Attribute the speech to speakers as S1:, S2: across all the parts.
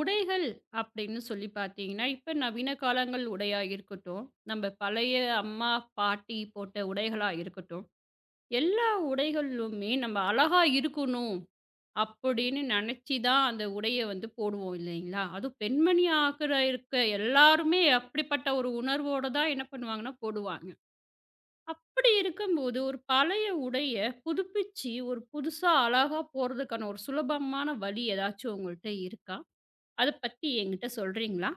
S1: உடைகள் அப்படின்னு சொல்லி பார்த்தீங்கன்னா, இப்ப நவீன காலங்கள் உடையா இருக்கட்டும், நம்ம பழைய அம்மா, பாட்டி போட்ட உடைகளா இருக்கட்டும், எல்லா உடைகளிலுமே நம்ம அழகா இருக்கணும் அப்படின்னு நெனச்சு தான் அந்த உடைய வந்து போடுவோம் இல்லைங்களா? அதுவும் பெண்மணி ஆகுற இருக்க எல்லாருமே அப்படிப்பட்ட ஒரு உணர்வோட தான் என்ன பண்ணுவாங்கன்னா போடுவாங்க. அப்படி இருக்கும்போது ஒரு பழைய உடைய புதுப்பிச்சு ஒரு புதுசா அழகா போடுறதுக்கான ஒரு சுலபமான வழி ஏதாச்சும் உங்கள்ட்ட இருக்கா? அத பத்தி என்கிட்ட சொல்றீங்களா?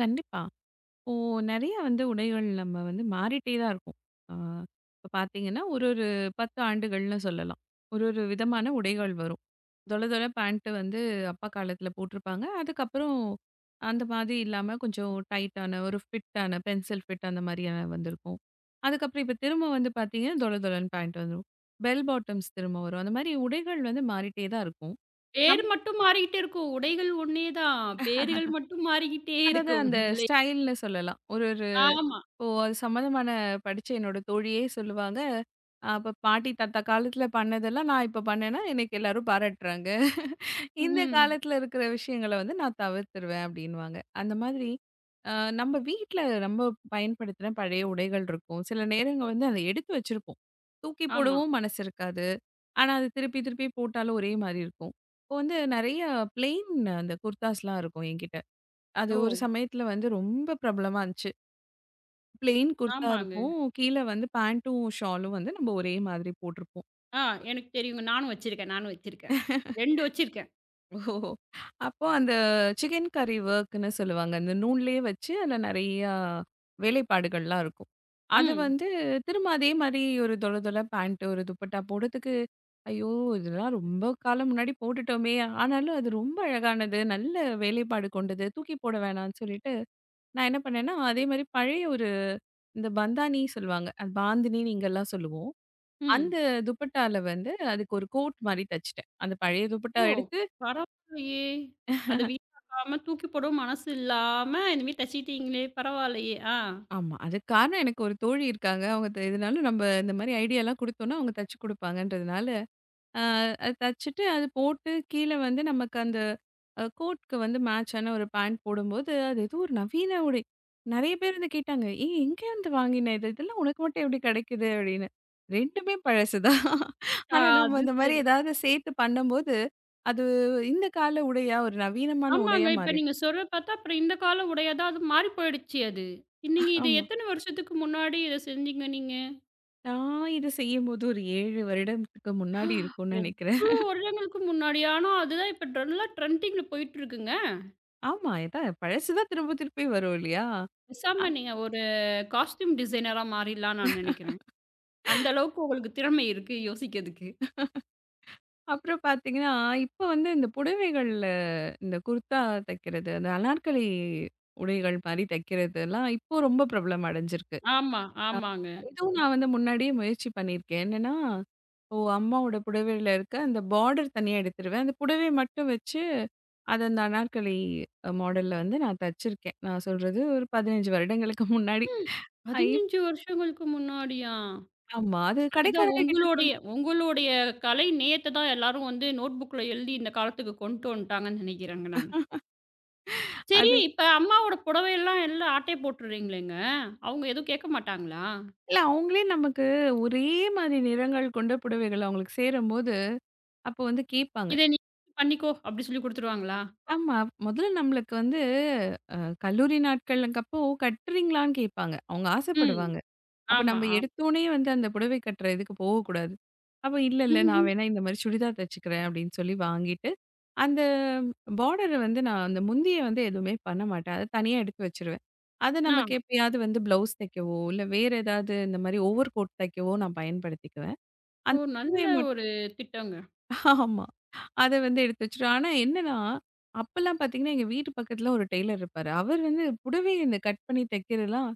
S2: கண்டிப்பா. இப்போ நெறைய வந்து உடைகள் நம்ம வந்து மாறிட்டே தான் இருக்கும். ஆ இப்ப பார்த்தீங்கன்னா, ஒரு ஒரு 10 ஆண்டுகள்னு சொல்லலாம். ஒரு ஒரு விதமான உடைகள் வரும். தொல தொல பேண்ட் வந்து அப்பா காலத்துல போட்டிருப்பாங்க. அதுக்கப்புறம் அந்த மாதிரி இல்லாம கொஞ்சம் டைட்டான ஒரு ஃபிட்டான பென்சில் ஃபிட் அந்த மாதிரியான வந்திருக்கும். அதுக்கப்புறம் இப்ப திரும்ப வந்து பார்த்தீங்கன்னா, தொல தொலன்னு பேண்ட் வந்துரும். பெல் பாட்டம்ஸ் திரும்ப வரும். அந்த மாதிரி உடைகள் வந்து மாறிட்டே தான் இருக்கும்.
S1: பேர்
S2: நம்
S1: மட்டும் மாறிக்கிட்டே இருக்கும். உடைகள் ஒன்னே தான். பேர்கள் மட்டும் மாறிக்கிட்டே
S2: அதாவது
S1: இருக்கும்.
S2: அந்த
S1: இல்லை
S2: ஸ்டைல்ன்னு சொல்லலாம். ஒரு
S1: ஆமா.
S2: இப்போ அது சம்மந்தமான படிச்ச என்னோட தோழியே சொல்லுவாங்க, "அப்ப பாட்டி, தாத்தா காலத்துல பண்ணதெல்லாம் நான் இப்ப பண்ணேன்னா, எனக்கு எல்லாரும் பாராட்டுறாங்க. இந்த
S1: ம்.
S2: காலத்துல இருக்கிற விஷயங்கள வந்து நான் தவிர்த்துருவேன்." அப்படின்னுவாங்க. அந்த மாதிரி அ நம்ம வீட்ல நம்ம பயன்படுத்தின பழைய உடைகள் இருக்கும். சில நேரங்க வந்து அத எடுத்து வச்சிருப்போம். தூக்கி
S1: ஆமா.
S2: போடவும் மனசு இருக்காது. ஆனா, அது திருப்பி திருப்பி போட்டாலும் ஒரே மாரி இருக்கும். இப்போ வந்து நெறைய பிளெயின் அந்த குர்தாஸ்லாம் இருக்கும் என்கிட்ட. அது
S1: ஓ!
S2: ஒரு சமயத்துல வந்து ரொம்ப பிரபலமா இருந்துச்சு. பிளெயின் குர்த்தா
S1: ஆமாங்க.
S2: இருக்கும். கீழ வந்து பேண்டும், ஷாலும் வந்து நம்ம ஒரே மாதிரி போட்டிருப்போம்.
S1: ஆ எனக்கு தெரியுங்க. நானும் வச்சிருக்கேன், நானும் வச்சிருக்கேன். 2 வச்சிருக்கேன்.
S2: ஓஹோ! அப்போ அந்த சிக்கன் கரி வொர்க்ன்னு சொல்லுவாங்க. அந்த நூல்லயே வச்சு அதில நெறையா வேலைப்பாடுகள்லாம் இருக்கும். அது
S1: ம்.
S2: வந்து திரும்ப அதே மாரி ஒரு தொல தொல பேண்ட், ஒரு துப்பட்டா போடுறதுக்கு, ஐயோ! இதெல்லாம் ரொம்ப காலம் முன்னாடி போட்டுட்டோமே! ஆனாலும் அது ரொம்ப அழகானது, நல்ல வேலைப்பாடு கொண்டது, தூக்கி போட வேணான்னு சொல்லிட்டு, நான் என்ன பண்ணேன்னா, அதே மாரி பழைய ஒரு இந்த பந்தானி சொல்லுவாங்க. அது பாந்தினின்னு இங்கலாம் சொல்லுவோம்.
S1: ம்.
S2: அந்த துப்பட்டால வந்து அதுக்கு ஒரு கோட் மாரி தச்சுட்டேன். அந்த பழைய துப்பட்டா
S1: ஓ!
S2: எடுத்து
S1: பரவாயில்லையே! அத வீணாக்காம தூக்கி போடவும் மனசு இல்லாம இந்த மாரி தச்சுக்கிட்டீங்களே! பரவாயில்லையே! ஆ.
S2: ஆமா. அதுக்கு காரணம் எனக்கு ஒரு தோழி இருக்காங்க. அவங்க இதனால நம்ம இந்த மாரி ஐடியாலாம் குடுத்தோம்னா அவங்க தச்சு குடுப்பாங்கன்றதுனால, அ அது தச்சுட்டு, அது போட்டு கீழ வந்து நமக்கு அந்த கோட்‌க்கு வந்து மேட்சான ஒரு பேண்ட் போடும்போது, அது ஏதோ ஒரு நவீன உடை. நெறைய பேர் வந்து கேட்டாங்க, "ஏய்! எங்கேருந்து வாங்கின இது? இதெல்லாம் உனக்கு மட்டும் எப்படி கிடைக்குது?" அப்படின்னு. 2மே பழசு தான்.
S1: ஆ
S2: ஆனா, நம்ம
S1: அது
S2: இந்த மாரி
S1: சரி.
S2: ஏதாவது சேர்த்து பண்ணும்போது, அது இந்த கால உடையா, ஒரு நவீனமான
S1: ஆமாங்க.
S2: உடையா
S1: இப்ப
S2: மாறிடும்.
S1: நீங்க சொல்ற பார்த்தா அப்புறம் இந்த கால உடையா தான் அது மாறி போயிடுச்சு அது. நீங்க இது
S2: ஆமா.
S1: எத்தன வருஷத்துக்கு முன்னாடி இத செஞ்சீங்க நீங்க?
S2: நான் இது செய்யும்போது ஒரு 7 வருடத்துக்கு முன்னாடி இருக்கும்னு நெனைக்கிறேன்.
S1: அவ்ளோ வருடங்களுக்கு முன்னாடியா? ஆனா அதுதான் இப்ப நல்லா ட்ரெண்டிங்ல போயிட்டு இருக்குங்க.
S2: ஆமா. இதான் பழசு தான் திரும்ப திருப்பி வரும் இல்லையா?
S1: பேசாம நீங்க ஒரு காஸ்டியூம் டிசைனரா மாறிடலாம்னு நான் நெனைக்கிறேன். அந்த அளவுக்கு உங்களுக்கு திறமை இருக்கு யோசிக்கிறதுக்கு.
S2: அப்புறம் பார்த்தீங்கன்னா, இப்ப வந்து இந்த புடவைகள்ல இந்த குர்தா தைக்கிறது, அந்த அனார்கலி உடைகள் மாரி தைக்கிறதெல்லாம் இப்போ ரொம்ப பிரபலம் அடைஞ்சிருக்கு.
S1: ஆமா, ஆமாங்க.
S2: இதுவும் நான் வந்து முன்னாடியே முயற்சி பண்ணியிருக்கேன். என்னன்னா, இப்போ அம்மாவோட புடவையில இருக்க அந்த பார்டர் தனியா எடுத்துருவேன். அந்த புடவைய மட்டும் வச்சு அத அந்த அனார்கலி மாடல்ல வந்து நான் தச்சிருக்கேன். நான் சொல்றது ஒரு 15 வருடங்களுக்கு முன்னாடி.
S1: ம்.
S2: ஐ
S1: 15 வருஷங்களுக்கு முன்னாடியா?
S2: ஆமா. அது
S1: அதுதான்
S2: கடைக்காரங்க கிட்ட
S1: உங்களுடைய
S2: கொண்டு
S1: உங்களுடைய கலை நேயத்த தான் எல்லாரும் வந்து நோட் புக்ல எழுதி இந்த காலத்துக்கு கொண்டு வந்துட்டாங்கன்னு நெனைக்கிறேங்க நானு. சரி,
S2: அது
S1: இப்ப அம்மாவோட புடவையெல்லாம் எல்லாம் ஆட்டை போட்டுறீங்களேங்க. அவங்க எதுவும் கேட்க மாட்டாங்களா?
S2: இல்ல அவங்களே நமக்கு ஒரே மாதிரி நிறங்கள் கொண்ட புடவைகள் அவங்களுக்கு சேரும்போது அப்போ வந்து கேட்பாங்க.
S1: இத நீ பண்ணிக்கோ அப்டி சொல்லி குடுத்துருவாங்களா?
S2: ஆமா. முதல்ல நம்மளுக்கு வந்து அ கல்லூரி நாட்களுக்கப்போ கட்டுறீங்களான்னு கேட்பாங்க. அவங்க
S1: ம்.
S2: ஆசைப்படுவாங்க. அப்ப
S1: ஆமா,
S2: நம்ம
S1: ஆமா.
S2: எடுத்தோனே வந்து அந்த புடவை கட்டுற இதுக்கு போகக்கூடாது. அப்ப இல்ல, இல்ல நான் வேணா இந்த மாரி சுடிதார் தச்சுக்கிறேன் அப்படின்னு சொல்லி வாங்கிட்டு, அந்த பார்டர வந்து நான் அந்த முந்திய வந்து எதுவுமே பண்ண மாட்டேன். அத தனியா எடுத்து வச்சுருவேன். அத
S1: ஆ
S2: நமக்கு எப்பயாவது வந்து ப்ளவுஸ் தைக்கவோ, இல்ல வேற ஏதாவது இந்த மாரி ஓவர் கோட் தைக்கவோ நான் பயன்படுத்திக்குவேன்.
S1: ஓ!
S2: அந்த
S1: நல்ல
S2: புடவைய
S1: ஒரு திட்டங்க.
S2: ஆமா. அத வந்து எடுத்து வச்சுட்டோம். ஆனா என்னன்னா, அப்பலாம் பார்த்தீங்கன்னா, எங்க வீட்டு பக்கத்துல ஒரு டெய்லர் இருப்பாரு. அவர் வந்து புடவை இந்த கட் பண்ணி தைக்கிறதுலாம்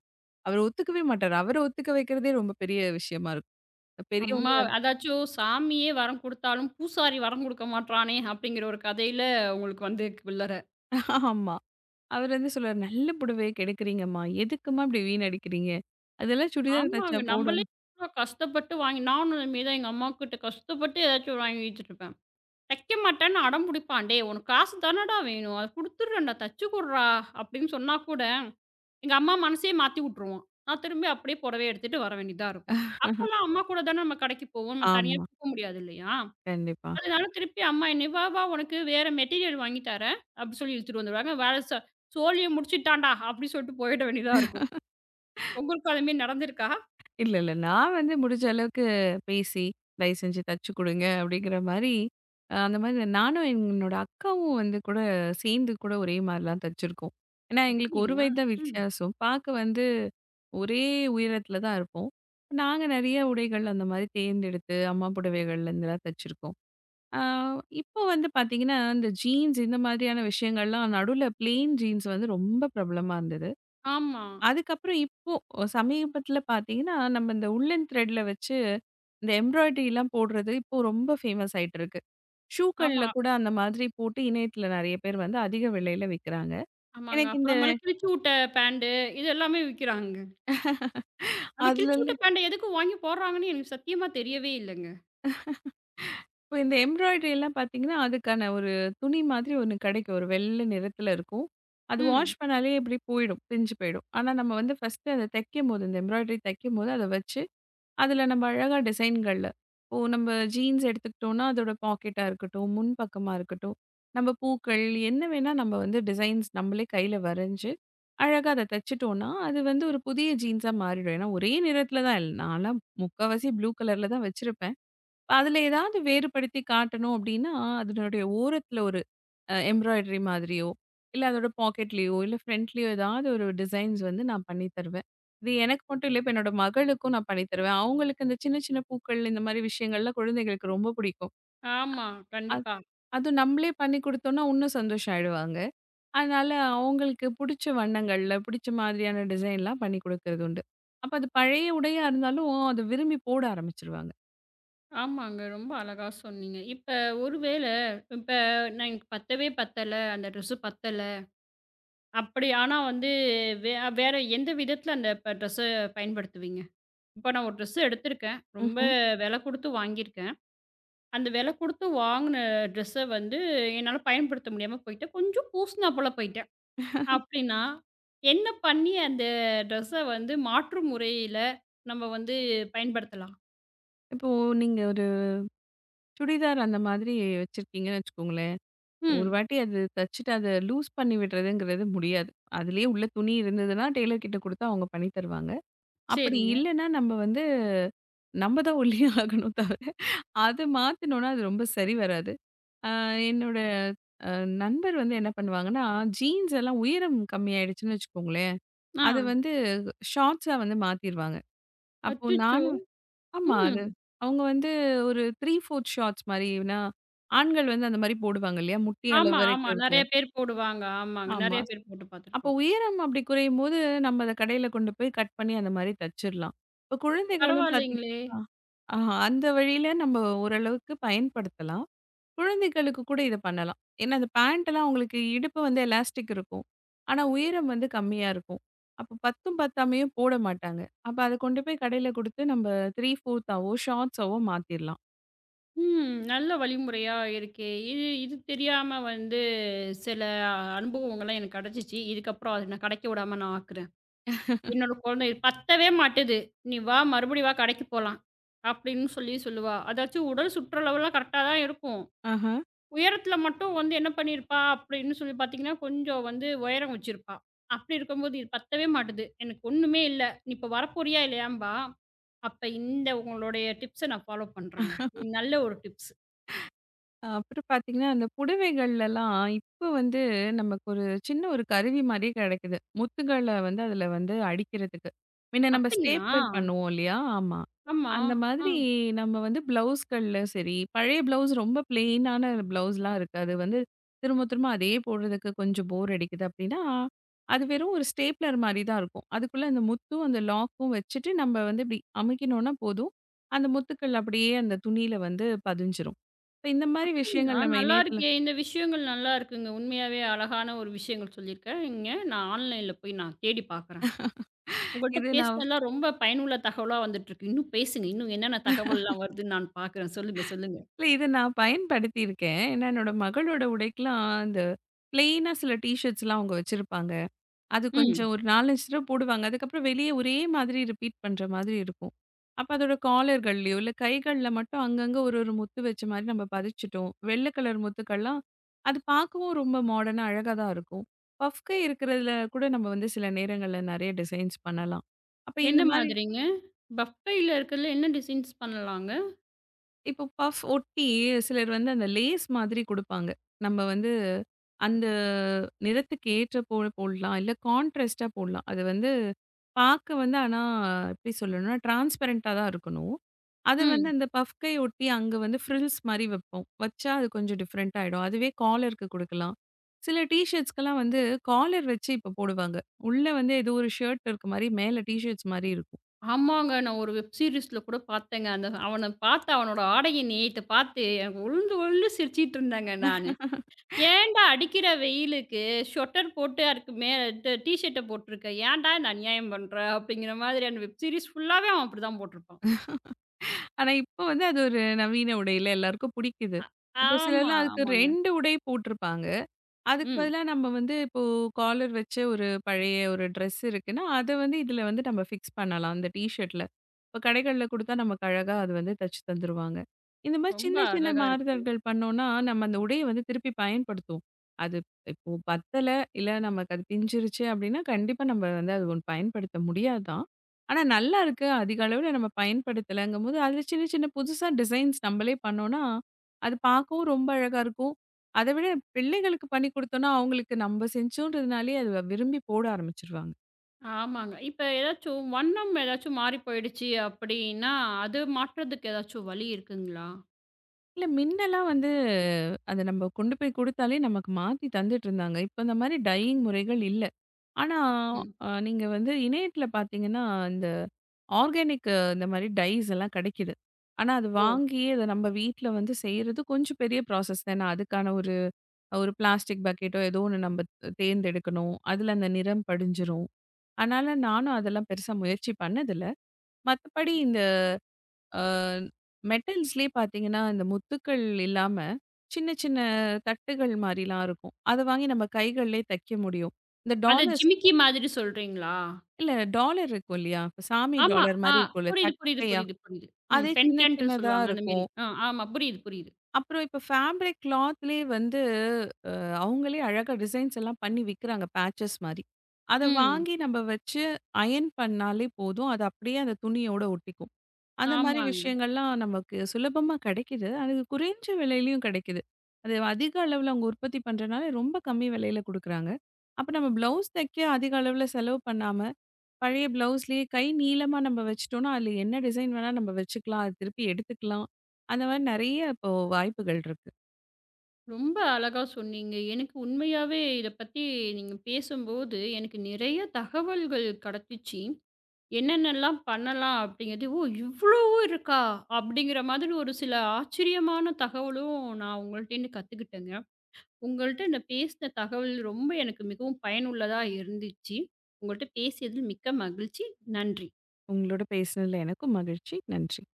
S2: அவர் ஒத்துக்கவே மாட்டாரு. அவர ஒத்துக்க வைக்கிறதே ரொம்ப பெரிய விஷயமா இருக்கும்.
S1: அம்மா
S2: பெரியவங்களா
S1: அதாச்சும் சாமியே வரம் குடுத்தாலும், பூசாரி வரம் குடுக்க மாட்றானே அப்படிங்கிற ஒரு கதையில உங்களுக்கு வந்திருக்கு சில்லற.
S2: ஆமா. அவர் வந்து சொல்லுவாரு, "நல்ல புடவைய கெடுக்குறீங்கம்மா. எதுக்கும்மா இப்படி வீணடிக்கிறீங்க? அதெல்லாம் சுடிதார் தச்சா
S1: ஆமாங்க. நம்மளே
S2: போடும்."
S1: இவ்ளோ கஷ்டப்பட்டு வாங்கி நானும் அதுமாரி தான் எங்க அம்மாகிட்ட கஷ்டப்பட்டு ஏதாச்சும் வாங்கி வச்சுட்டுருப்பேன். தைக்க மாட்டேன்னு அடம் புடிப்பான். "டேய் உனக்கு காசு தானடா வேணும். அத குடுத்துடுறேன்டா, தச்சு குடுறா" அப்படின்னு சொன்னா கூட, எங்க அம்மா மனசே மாத்தி விட்டுருவான். நான் திரும்பி அப்படியே புடவைய எடுத்துட்டு வர வேண்டியதா இருக்கும். அப்போலாம் அம்மா கூட தானே நம்ம கடைக்கு போவோம். நம்ம தனியா
S2: ஆமா.
S1: போக முடியாது இல்லையா?
S2: கண்டிப்பா.
S1: அதனால திருப்பி அம்மா என்னைய, "வா வா உனக்கு வேற மெட்டீரியல் வாங்கி தரேன்" அப்படி சொல்லி இழுத்துட்டு வந்துருவாங்க. வேலை சோழிய முடிச்சுட்டான்டா அப்படின்னு சொல்லிட்டு போயிட வேண்டியதா இருக்கும். உங்களுக்கு அது மாரி நடந்திருக்கா?
S2: இல்ல, இல்ல. நான் வந்து முடிஞ்ச அளவுக்கு பேசி, தயவு செஞ்சு தச்சு குடுங்க அப்படிங்கிற மாரி, அந்த மாரி நானும் என்னோட அக்காவும் வந்து கூட சேர்ந்து கூட ஒரே மாரிலாம் தச்சிருக்கோம். ஏன்னா எங்களுக்கு 1
S1: அப்படிங்களா?
S2: வயது தான்
S1: ம்.
S2: வித்தியாசம். பார்க்க வந்து ஒரே உயரத்துல தான் இருப்போம். நாங்க நெறைய உடைகள் அந்த மாரி தேர்ந்தெடுத்து அம்மா புடவைகள்லேருந்துலாம் தச்சிருக்கோம். அ இப்போ வந்து பார்த்தீங்கன்னா, இந்த ஜீன்ஸ் இந்த மாதிரியான விஷயங்கள்லாம் நடுவுல பிளெயின் ஜீன்ஸ் வந்து ரொம்ப பிரபலமா இருந்தது.
S1: ஆமா,
S2: அதுக்கப்புறம் இப்போ சமீபத்தில பார்த்தீங்கன்னா, நம்ம இந்த உல்லன் த்ரெட்ல வச்சு இந்த எம்ப்ராய்டரிலாம் போடுறது இப்போ ரொம்ப ஃபேமஸ் ஆயிட்டு இருக்கு. ஷூக்கள்ல
S1: ஆமா,
S2: கூட அந்த மாதிரி போட்டு இணையத்தில நெறைய பேர் வந்து அதிக விலையில விக்கிறாங்க.
S1: ஆமாங்க.
S2: எனக்கு இந்த
S1: அப்புறமேல கிழிச்சு விட்ட பேண்ட் இது எல்லாமே விக்கிறாங்க. அந்த கிழிச்சு
S2: அதுலல்ல
S1: விட்ட பேண்ட எதுக்கு வாங்கி போடுறாங்கன்னு எனக்கு சத்தியமா தெரியவே இல்லங்க.
S2: இப்போ இந்த எம்ப்ராய்டரி எல்லாம் பார்த்தீங்கன்னா, அதுக்கான ஒரு துணி மாதிரி ஒண்ணு கிடைக்கும். ஒரு வெள்ள நிறத்தில இருக்கும். அது
S1: ம்.
S2: வாஷ் பண்ணாலே இப்படி போயிடும். பிஞ்சு போயிடும். ஆனா நம்ம வந்து ஃபர்ஸ்ட்டு அத தைக்கும்போது இந்த எம்ப்ராய்டரி தைக்கும்போது அத வச்சு அதுல நம்ம அழகா டிசைன்கள்ல இப்போ நம்ம ஜீன்ஸ் எடுத்துக்கிட்டோம்னா, அதோட பாக்கெட்டா இருக்கட்டும், முன் பக்கமா இருக்கட்டும், நம்ம பூக்கள் என்ன வேணா நம்ம வந்து டிசைன்ஸ் நம்மளே கையில வரைஞ்சு, அழகா அத தச்சுட்டோம்னா, அது வந்து ஒரு புதிய ஜீன்ஸா மாறிடும். ஏன்னா ஒரே நிறத்துல தான் நான்லாம் முக்காவாசி ப்ளூ கலர்ல தான் வச்சிருப்பேன். அதுல ஏதாவது வேறுபடுத்தி காட்டணும் அப்படின்னா, அதனுடைய ஓரத்துல ஒரு எம்ப்ராய்டரி மாதிரியோ, இல்ல அதோட பாக்கெட்லயோ, இல்ல ஃப்ரண்ட்லயோ ஏதாவது ஒரு டிசைன்ஸ் வந்து நான் பண்ணி தருவேன். இது எனக்கு மட்டும் இல்ல, இப்ப என்னோட மகளுக்கும் நான் பண்ணி தருவேன். அவங்களுக்கு இந்த சின்ன சின்ன பூக்கள் இந்த மாதிரி விஷயங்கள்லாம் குழந்தைகளுக்கு ரொம்ப பிடிக்கும்.
S1: ஆமா,
S2: அ
S1: கண்டிப்பா.
S2: அதுவும் நம்மளே பண்ணி குடுத்தோம்னா இன்னும் சந்தோஷம் ஆயிடுவாங்க. அதனால அவங்களுக்கு புடிச்ச வண்ணங்கள்ல, புடிச்ச மாதிரியான டிசைன்லாம் பண்ணி குடுக்கறது உண்டு. அப்ப அது பழைய உடையா இருந்தாலும் அத விரும்பி போட ஆரம்பிச்சுருவாங்க.
S1: ஆமாங்க. ரொம்ப அழகா சொன்னீங்க. இப்ப ஒருவேள இப்ப நான் எனக்கு பத்தவே பத்தல. அந்த ட்ரெஸ் பத்தல அப்படி ஆனா வந்து வே வேற எந்த விதத்துல அந்த இப்ப ட்ரெஸ்ஸ பயன்படுத்துவீங்க? இப்ப நான் ஒரு ட்ரெஸ் எடுத்திருக்கேன். ரொம்ப
S2: ம்ஹ்ம்.
S1: விலை குடுத்து வாங்கியிருக்கேன். அந்த விலை குடுத்து வாங்குன ட்ரெஸ்ஸ வந்து என்னால பயன்படுத்த முடியாம போயிட்டேன். கொஞ்சம் பூசினாப்புல போயிட்டேன். அப்படின்னா, என்ன பண்ணி அந்த ட்ரெஸ்ஸ வந்து மாற்று முறையில நம்ம வந்து பயன்படுத்தலாம்?
S2: இப்போ நீங்க ஒரு சுடிதார் அந்த மாதிரி வச்சிருக்கீங்கன்னு வச்சுக்கோங்களேன். ஒரு
S1: ம்.
S2: வாட்டி அது தச்சுட்டு அத லூஸ் பண்ணி விடுறதுங்கிறது முடியாது. அதிலேயே உள்ள துணி இருந்ததுன்னா, டெய்லர் கிட்ட குடுத்தா அவங்க பண்ணி தருவாங்க. அப்படி
S1: சரிங்க.
S2: இல்லன்னா, நம்ம வந்து நம்ம தான் ஒல்லியா ஆகணும் தவிர, அது மாத்துனோம்னா அது ரொம்ப சரி வராது. அ என்னோட அ நண்பர் வந்து என்ன பண்ணுவாங்கன்னா, ஜீன்ஸ் எல்லாம் உயரம் கம்மியாயிடுச்சுன்னு வச்சுக்கோங்களேன்,
S1: ஆ.
S2: அத வந்து ஷார்ட்ஸா வந்து மாத்திருவாங்க. அப்போ
S1: அச்சச்சோ!
S2: நானும் ஆமா. அது
S1: ம்.
S2: அவங்க வந்து ஒரு 3/4 ஷார்ட்ஸ் மாரினா, ஆண்கள் வந்து அந்த மாரி போடுவாங்க இல்லையா? முட்டி அளவு
S1: ஆமா, ஆமா.
S2: வரைக்கும் இருக்கு.
S1: நெறைய பேர் போடுவாங்க. ஆமாங்க.
S2: ஆமா.
S1: நெறைய பேர் போட்டு
S2: அப்போ
S1: பார்த்துருக்கோம்.
S2: உயரம் அப்படி குறையும்போது, நம்ம அத கடையில கொண்டு போய் கட் பண்ணி அந்த மாரி தச்சிரலாம். இப்ப குழந்தைகளும்
S1: பரவாயில்லைங்களே!
S2: பார்த்தீங்கன்னா, ஆ அந்த வழியில நம்ம ஓரளவுக்கு பயன்படுத்தலாம். குழந்தைகளுக்கு கூட இத பண்ணலாம். ஏன்னா, அந்த பேண்ட்லாம் அவங்களுக்கு இடுப்பு வந்து எலாஸ்டிக் இருக்கும். ஆனா, உயரம் வந்து கம்மியா இருக்கும். அப்போ பத்தும் பத்தாமையும் போட மாட்டாங்க. அப்ப அத கொண்டு போய் கடையில குடுத்து நம்ம 3/4ஆவோ, ஷார்ட்ஸாவோ மாத்திரலாம்.
S1: ம். நல்ல வழிமுறையா இருக்கே! இது இது தெரியாம வந்து சில அனுபவங்கள்லாம் எனக்கு கிடைச்சிச்சு. இதுக்கப்புறம் அத நான் கிடைக்க விடாம நான் ஆக்குறேன். என்னோட குழந்தை "இது பத்தவே மாட்டுது. "நீ வா மறுபடியும் வா கடைக்கு போலாம்." அப்படின்னு சொல்லி சொல்லுவா. அதாச்சும் உடல் சுற்றளவுலாம் கரெக்ட்டா தான் இருக்கும்.
S2: ஆஹ.
S1: உயரத்தில மட்டும் வந்து என்ன பண்ணியிருப்பா அப்படின்னு சொல்லி பார்த்தீங்கன்னா, கொஞ்சம் வந்து உயரம் வச்சிருப்பா. அப்படி இருக்கும்போது இது பத்தவே மாட்டுது. "எனக்கு ஒண்ணுமே இல்ல. நீ இப்ப வரப்போறியா இல்லையாம்பா?" அப்ப இந்த உங்களுடைய டிப்ஸ நான் ஃபாலோ பண்றேங்க. இது நல்ல ஒரு டிப்ஸ்.
S2: அப்புறம் பார்த்தீங்கன்னா, அந்த புடவைகள்லலாம் இப்ப வந்து நமக்கு ஒரு சின்ன ஒரு கருவி மாரியே கெடைக்குது. முத்துகள வந்து அதில வந்து அடிக்கிறதுக்கு. முன்ன நம்ம
S1: அப்படிங்களா?
S2: ஸ்டேப்லர் பண்ணுவோம் இல்லையா? ஆமா.
S1: ஆமா.
S2: அந்த
S1: ஆ.
S2: மாதிரி நம்ம வந்து ப்ளவுஸ்கள்ல சரி, பழைய ப்ளவுஸ் ரொம்ப பிளெயினான ப்ளவுஸ்லாம் இருக்கு. அது வந்து திரும்ப திரும்ப அதே போடுறதுக்கு கொஞ்சம் போர் அடிக்குது அப்படின்னா, அது வெறும் ஒரு ஸ்டேப்லர் மாரி தான் இருக்கும். அதுக்குள்ள அந்த முத்தும், அந்த லாக்கும் வச்சுட்டு நம்ம வந்து இப்படி அமுக்கினோம்னா போதும். அந்த முத்துக்கள் அப்படியே அந்த துணியில வந்து பதிஞ்சிரும். இப்ப இந்த மாரி
S1: அப்படிங்களா?
S2: விஷயங்கள் நம்ம
S1: நல்லா
S2: இணையதளம்
S1: இருக்கே! இந்த விஷயங்கள் நல்லா இருக்குங்க. உண்மையாவே அழகான ஒரு விஷயங்கள் சொல்லியிருக்கீங்க. நான் ஆன்லைன்ல போய் நான் தேடி பார்க்குறேன். உங்கள்ட்ட
S2: இது நான்
S1: பேசினதுலாம் ரொம்ப பயனுள்ள தகவலா வந்துட்டுருக்கு. இன்னும் பேசுங்க. இன்னும் என்னென்ன தகவல்லாம் வருதுன்னு நான் பார்க்குறேன். சொல்லுங்க, சொல்லுங்க.
S2: இல்ல இத நான் பயன்படுத்தியிருக்கேன். ஏன்னா என்னோட மகளோட உடைக்கலாம் அந்த பிளெயினா சில டீ ஷர்ட்ஸ்லாம் அவங்க வச்சிருப்பாங்க. அது
S1: ம்.
S2: கொஞ்சம் ஒரு 4, 5 தடவ போடுவாங்க. அதுக்கப்புறம் வெளியே ஒரே மாதிரி ரிப்பீட் பண்ற மாதிரி இருக்கும். அப்ப அதோட காலர்கள்லயோ, இல்ல கைகள்ல மட்டும் அங்கங்க ஒரு ஒரு முத்து வச்ச மாரி நம்ம பதிச்சுட்டோம். வெள்ளை கலர் முத்துக்கள்லாம் அது பார்க்கவும் ரொம்ப மாடர்னா அழகா தான் இருக்கும். பஃப்கை இருக்கிறதுல கூட நம்ம வந்து சில நேரங்கள்ல நெறைய டிசைன்ஸ் பண்ணலாம். அப்ப இந்த
S1: எந்த
S2: மாரி
S1: மாதிரிங்க? பஃபேல இருக்கிறதுல என்ன டிசைன்ஸ் பண்ணலாங்க?
S2: இப்போ பஃப் ஒட்டி சிலர் வந்து அந்த லேஸ் மாதிரி குடுப்பாங்க. நம்ம வந்து அந்த நிறத்துக்கு ஏற்ற போல போடலாம். இல்ல கான்ட்ராஸ்ட்டா போடலாம். அது வந்து பார்க்க வந்து ஆனா எப்படி சொல்லணும்னா, டிரான்ஸ்பரண்டா தான் இருக்கணும். அது வந்து
S1: ம்.
S2: அந்த பஃப்கை ஒட்டி அங்க வந்து ஃப்ரில்ஸ் மாரி வைப்போம். வச்சா அது கொஞ்சம் டிஃப்ரெண்ட் ஆயிடும். அதுவே காலருக்கு குடுக்கலாம். சில டீ ஷர்ட்ஸ்க்கெல்லாம் வந்து காலர் வச்சு இப்போ போடுவாங்க. உள்ள வந்து ஏதோ ஒரு ஷர்ட் இருக்க மாரி மேல டீ ஷர்ட்ஸ் மாரி இருக்கும்.
S1: ஆமாங்க. நான் ஒரு வெப் சீரிஸ்ல கூட பார்த்தேங்க. அந்த அவன பார்த்து அவனோட ஆடையின் நேயத்த பார்த்து எனக்கு உளுந்து உளுந்து சிரிச்சிட்டு இருந்தேங்க நானு. ஏன்டா அடிக்கிற வெயிலுக்கு ஸ்வெட்டர் போட்டு அதுக்கு மே ட டீ ஷர்ட்ட போட்டுருக்க. ஏன்டா இந்த அநியாயம் பண்ற? அப்படிங்கிற மாதிரியான வெப் சீரிஸ் ஃபுல்லாவே அவன் அப்படிதான் போட்டிருப்பான்.
S2: ஆனா, இப்ப வந்து அது ஒரு நவீன உடையில எல்லாருக்கும் புடிக்குது. அப்ப
S1: ஆமா,
S2: சிலர்லாம் அதுக்கு
S1: ஆமாங்க.
S2: 2 உடை போட்டிருப்பாங்க. அதுக்கு
S1: ம்.
S2: பதிலா நம்ம வந்து இப்போ காலர் வச்ச ஒரு பழைய ஒரு ட்ரெஸ் இருக்குன்னா, அத வந்து இதுல வந்து நம்ம ஃபிக்ஸ் பண்ணலாம். அந்த டீ ஷர்ட்ல. இப்ப கடைகள்ல குடுத்தா நமக்கு அழகா அது வந்து தச்சு தந்துருவாங்க. இந்த மாரி
S1: ரொம்ப
S2: சின்ன சின்ன
S1: அழகா இருக்கு.
S2: மாறுதல்கள் பண்ணோம்னா, நம்ம அந்த உடைய வந்து திருப்பி பயன்படுத்துவோம். அது இப்போ பத்தல, இல்ல நமக்கு அது பிஞ்சிருச்சு அப்படின்னா, கண்டிப்பா நம்ம வந்து அது ஒண்ணு பயன்படுத்த முடியாது தான். ஆனா நல்லா இருக்கு. அதிக அளவுல நம்ம பயன்படுத்தலங்கும்போது, அதுல சின்ன சின்ன புதுசா டிசைன்ஸ் நம்மளே பண்ணோம்னா, அது பார்க்கவும் ரொம்ப அழகா இருக்கும். அத விட பிள்ளைகளுக்கு பண்ணி குடுத்தோம்னா, அவங்களுக்கு நம்ம செஞ்சோன்றதுனாலயே அத விரும்பி போட ஆரம்பிச்சுருவாங்க.
S1: ஆமாங்க. இப்ப ஏதாச்சும் வண்ணம் ஏதாச்சும் மாறி போயிடுச்சு அப்படின்னா, அது மாற்றதுக்கு ஏதாச்சும் வழி இருக்குங்களா?
S2: இல்ல மின்னலாம் வந்து அத நம்ம கொண்டு போய் குடுத்தாலே நமக்கு மாத்தி தந்துட்டு இருந்தாங்க. இப்ப இந்த மாரி டையிங் முறைகள் இல்ல. ஆனா
S1: ம்.
S2: நீங்க வந்து இணையத்துல பார்த்தீங்கன்னா, இந்த ஆர்கானிக் இந்த மாரி டைஸ் எல்லாம் கிடைக்குது. ஆனா அது
S1: ஓ!
S2: வாங்கி அத நம்ம வீட்ல வந்து செய்றது கொஞ்சம் பெரிய ப்ராசஸ் தானே. அதுக்கான ஒரு ஒரு பிளாஸ்டிக் பக்கெட்டோ ஏதோ ஒண்ணு நம்ம தேர்ந்தெடுக்கணும். அதுல அந்த நிறம் படிஞ்சிரும். அதனால நானும் அதெல்லாம் பெருசா முயற்சி பண்ணதில்ல. மத்தபடி இந்த அ மெட்டல்ஸ்லயே பார்த்தீங்கன்னா, இந்த முத்துக்கள் இல்லாம சின்ன சின்ன தட்டுகள் மாரிலாம் இருக்கும். அத வாங்கி நம்ம கைகள்லயே தைக்க முடியும். இந்த
S1: அத
S2: டாலர்ஸ்
S1: ஜிமிக்கி மாதிரி சொல்றீங்களா?
S2: இல்ல டாலர் இருக்கும் இல்லையா? இப்ப சாமி
S1: ஆமா.
S2: டாலர்
S1: ஆ
S2: மாரி இருக்கும்ல
S1: புரியுது, புரியுது,
S2: தட்டையா,
S1: புரியுது, புரியுது. ம்.
S2: அதே சின்ன
S1: பென்டன்ட்டு
S2: சின்னதா
S1: சொல்லுவாங்க அந்த மேரி.
S2: இருக்கும்.
S1: ஆ ஆமா. புரியுது, புரியுது.
S2: அப்புறம் இப்ப ஃபேப்ரிக் கிளாத்லயே வந்து அவங்களே அழகா டிசைன்ஸ் எல்லாம் பண்ணி விக்கிறாங்க பேட்சஸ் மாரி. அத
S1: ம்.
S2: வாங்கி நம்ம வச்சு அயர்ன் பண்ணாலே போதும். அது அப்படியே அந்த துணியோட ஒட்டிக்கும். அந்த மாரி
S1: ஆமாங்க.
S2: விஷயங்கள்லாம் நமக்கு சுலபமா கிடைக்குது. அது குறைஞ்ச விலையிலயும் கிடைக்குது. அது அதிக அளவுல அவங்க உற்பத்தி பண்றனால ரொம்ப கம்மி விலையில குடுக்குறாங்க. அப்ப நம்ம பிளவுஸ் தைக்க அதிக அளவுல செலவு பண்ணாம, பழைய பிளவுஸ்லயே கை நீளமா நம்ம வச்சுட்டோம்னா, அதுல என்ன டிசைன் வேணா நம்ம வச்சுக்கலாம். அது திருப்பி எடுத்துக்கலாம். அந்த மாரி நெறைய இப்போ வாய்ப்புகள் இருக்கு.
S1: ரொம்ப அழகா சொன்னீங்க. எனக்கு உண்மையாவே இத பத்தி நீங்க பேசும்போது, எனக்கு நிறைய தகவல்கள் கெடச்சிச்சு. என்னென்னலாம் பண்ணலாம் அப்படிங்கிறது, "ஓ! இவ்வளவும் இருக்கா?" அப்படிங்கிற மாதிரி ஒரு சில ஆச்சரியமான தகவலும் நான் உங்கள்ட்டேருந்து கத்துக்கிட்டேங்க. உங்கள்ட்ட நான் பேசின தகவல் ரொம்ப எனக்கு மிகவும் பயனுள்ளதா இருந்துச்சு. உங்கள்ட்ட பேசியதில் மிக்க மகிழ்ச்சி. நன்றி.
S2: உங்களோட பேசினதுல எனக்கும் மகிழ்ச்சி. நன்றி.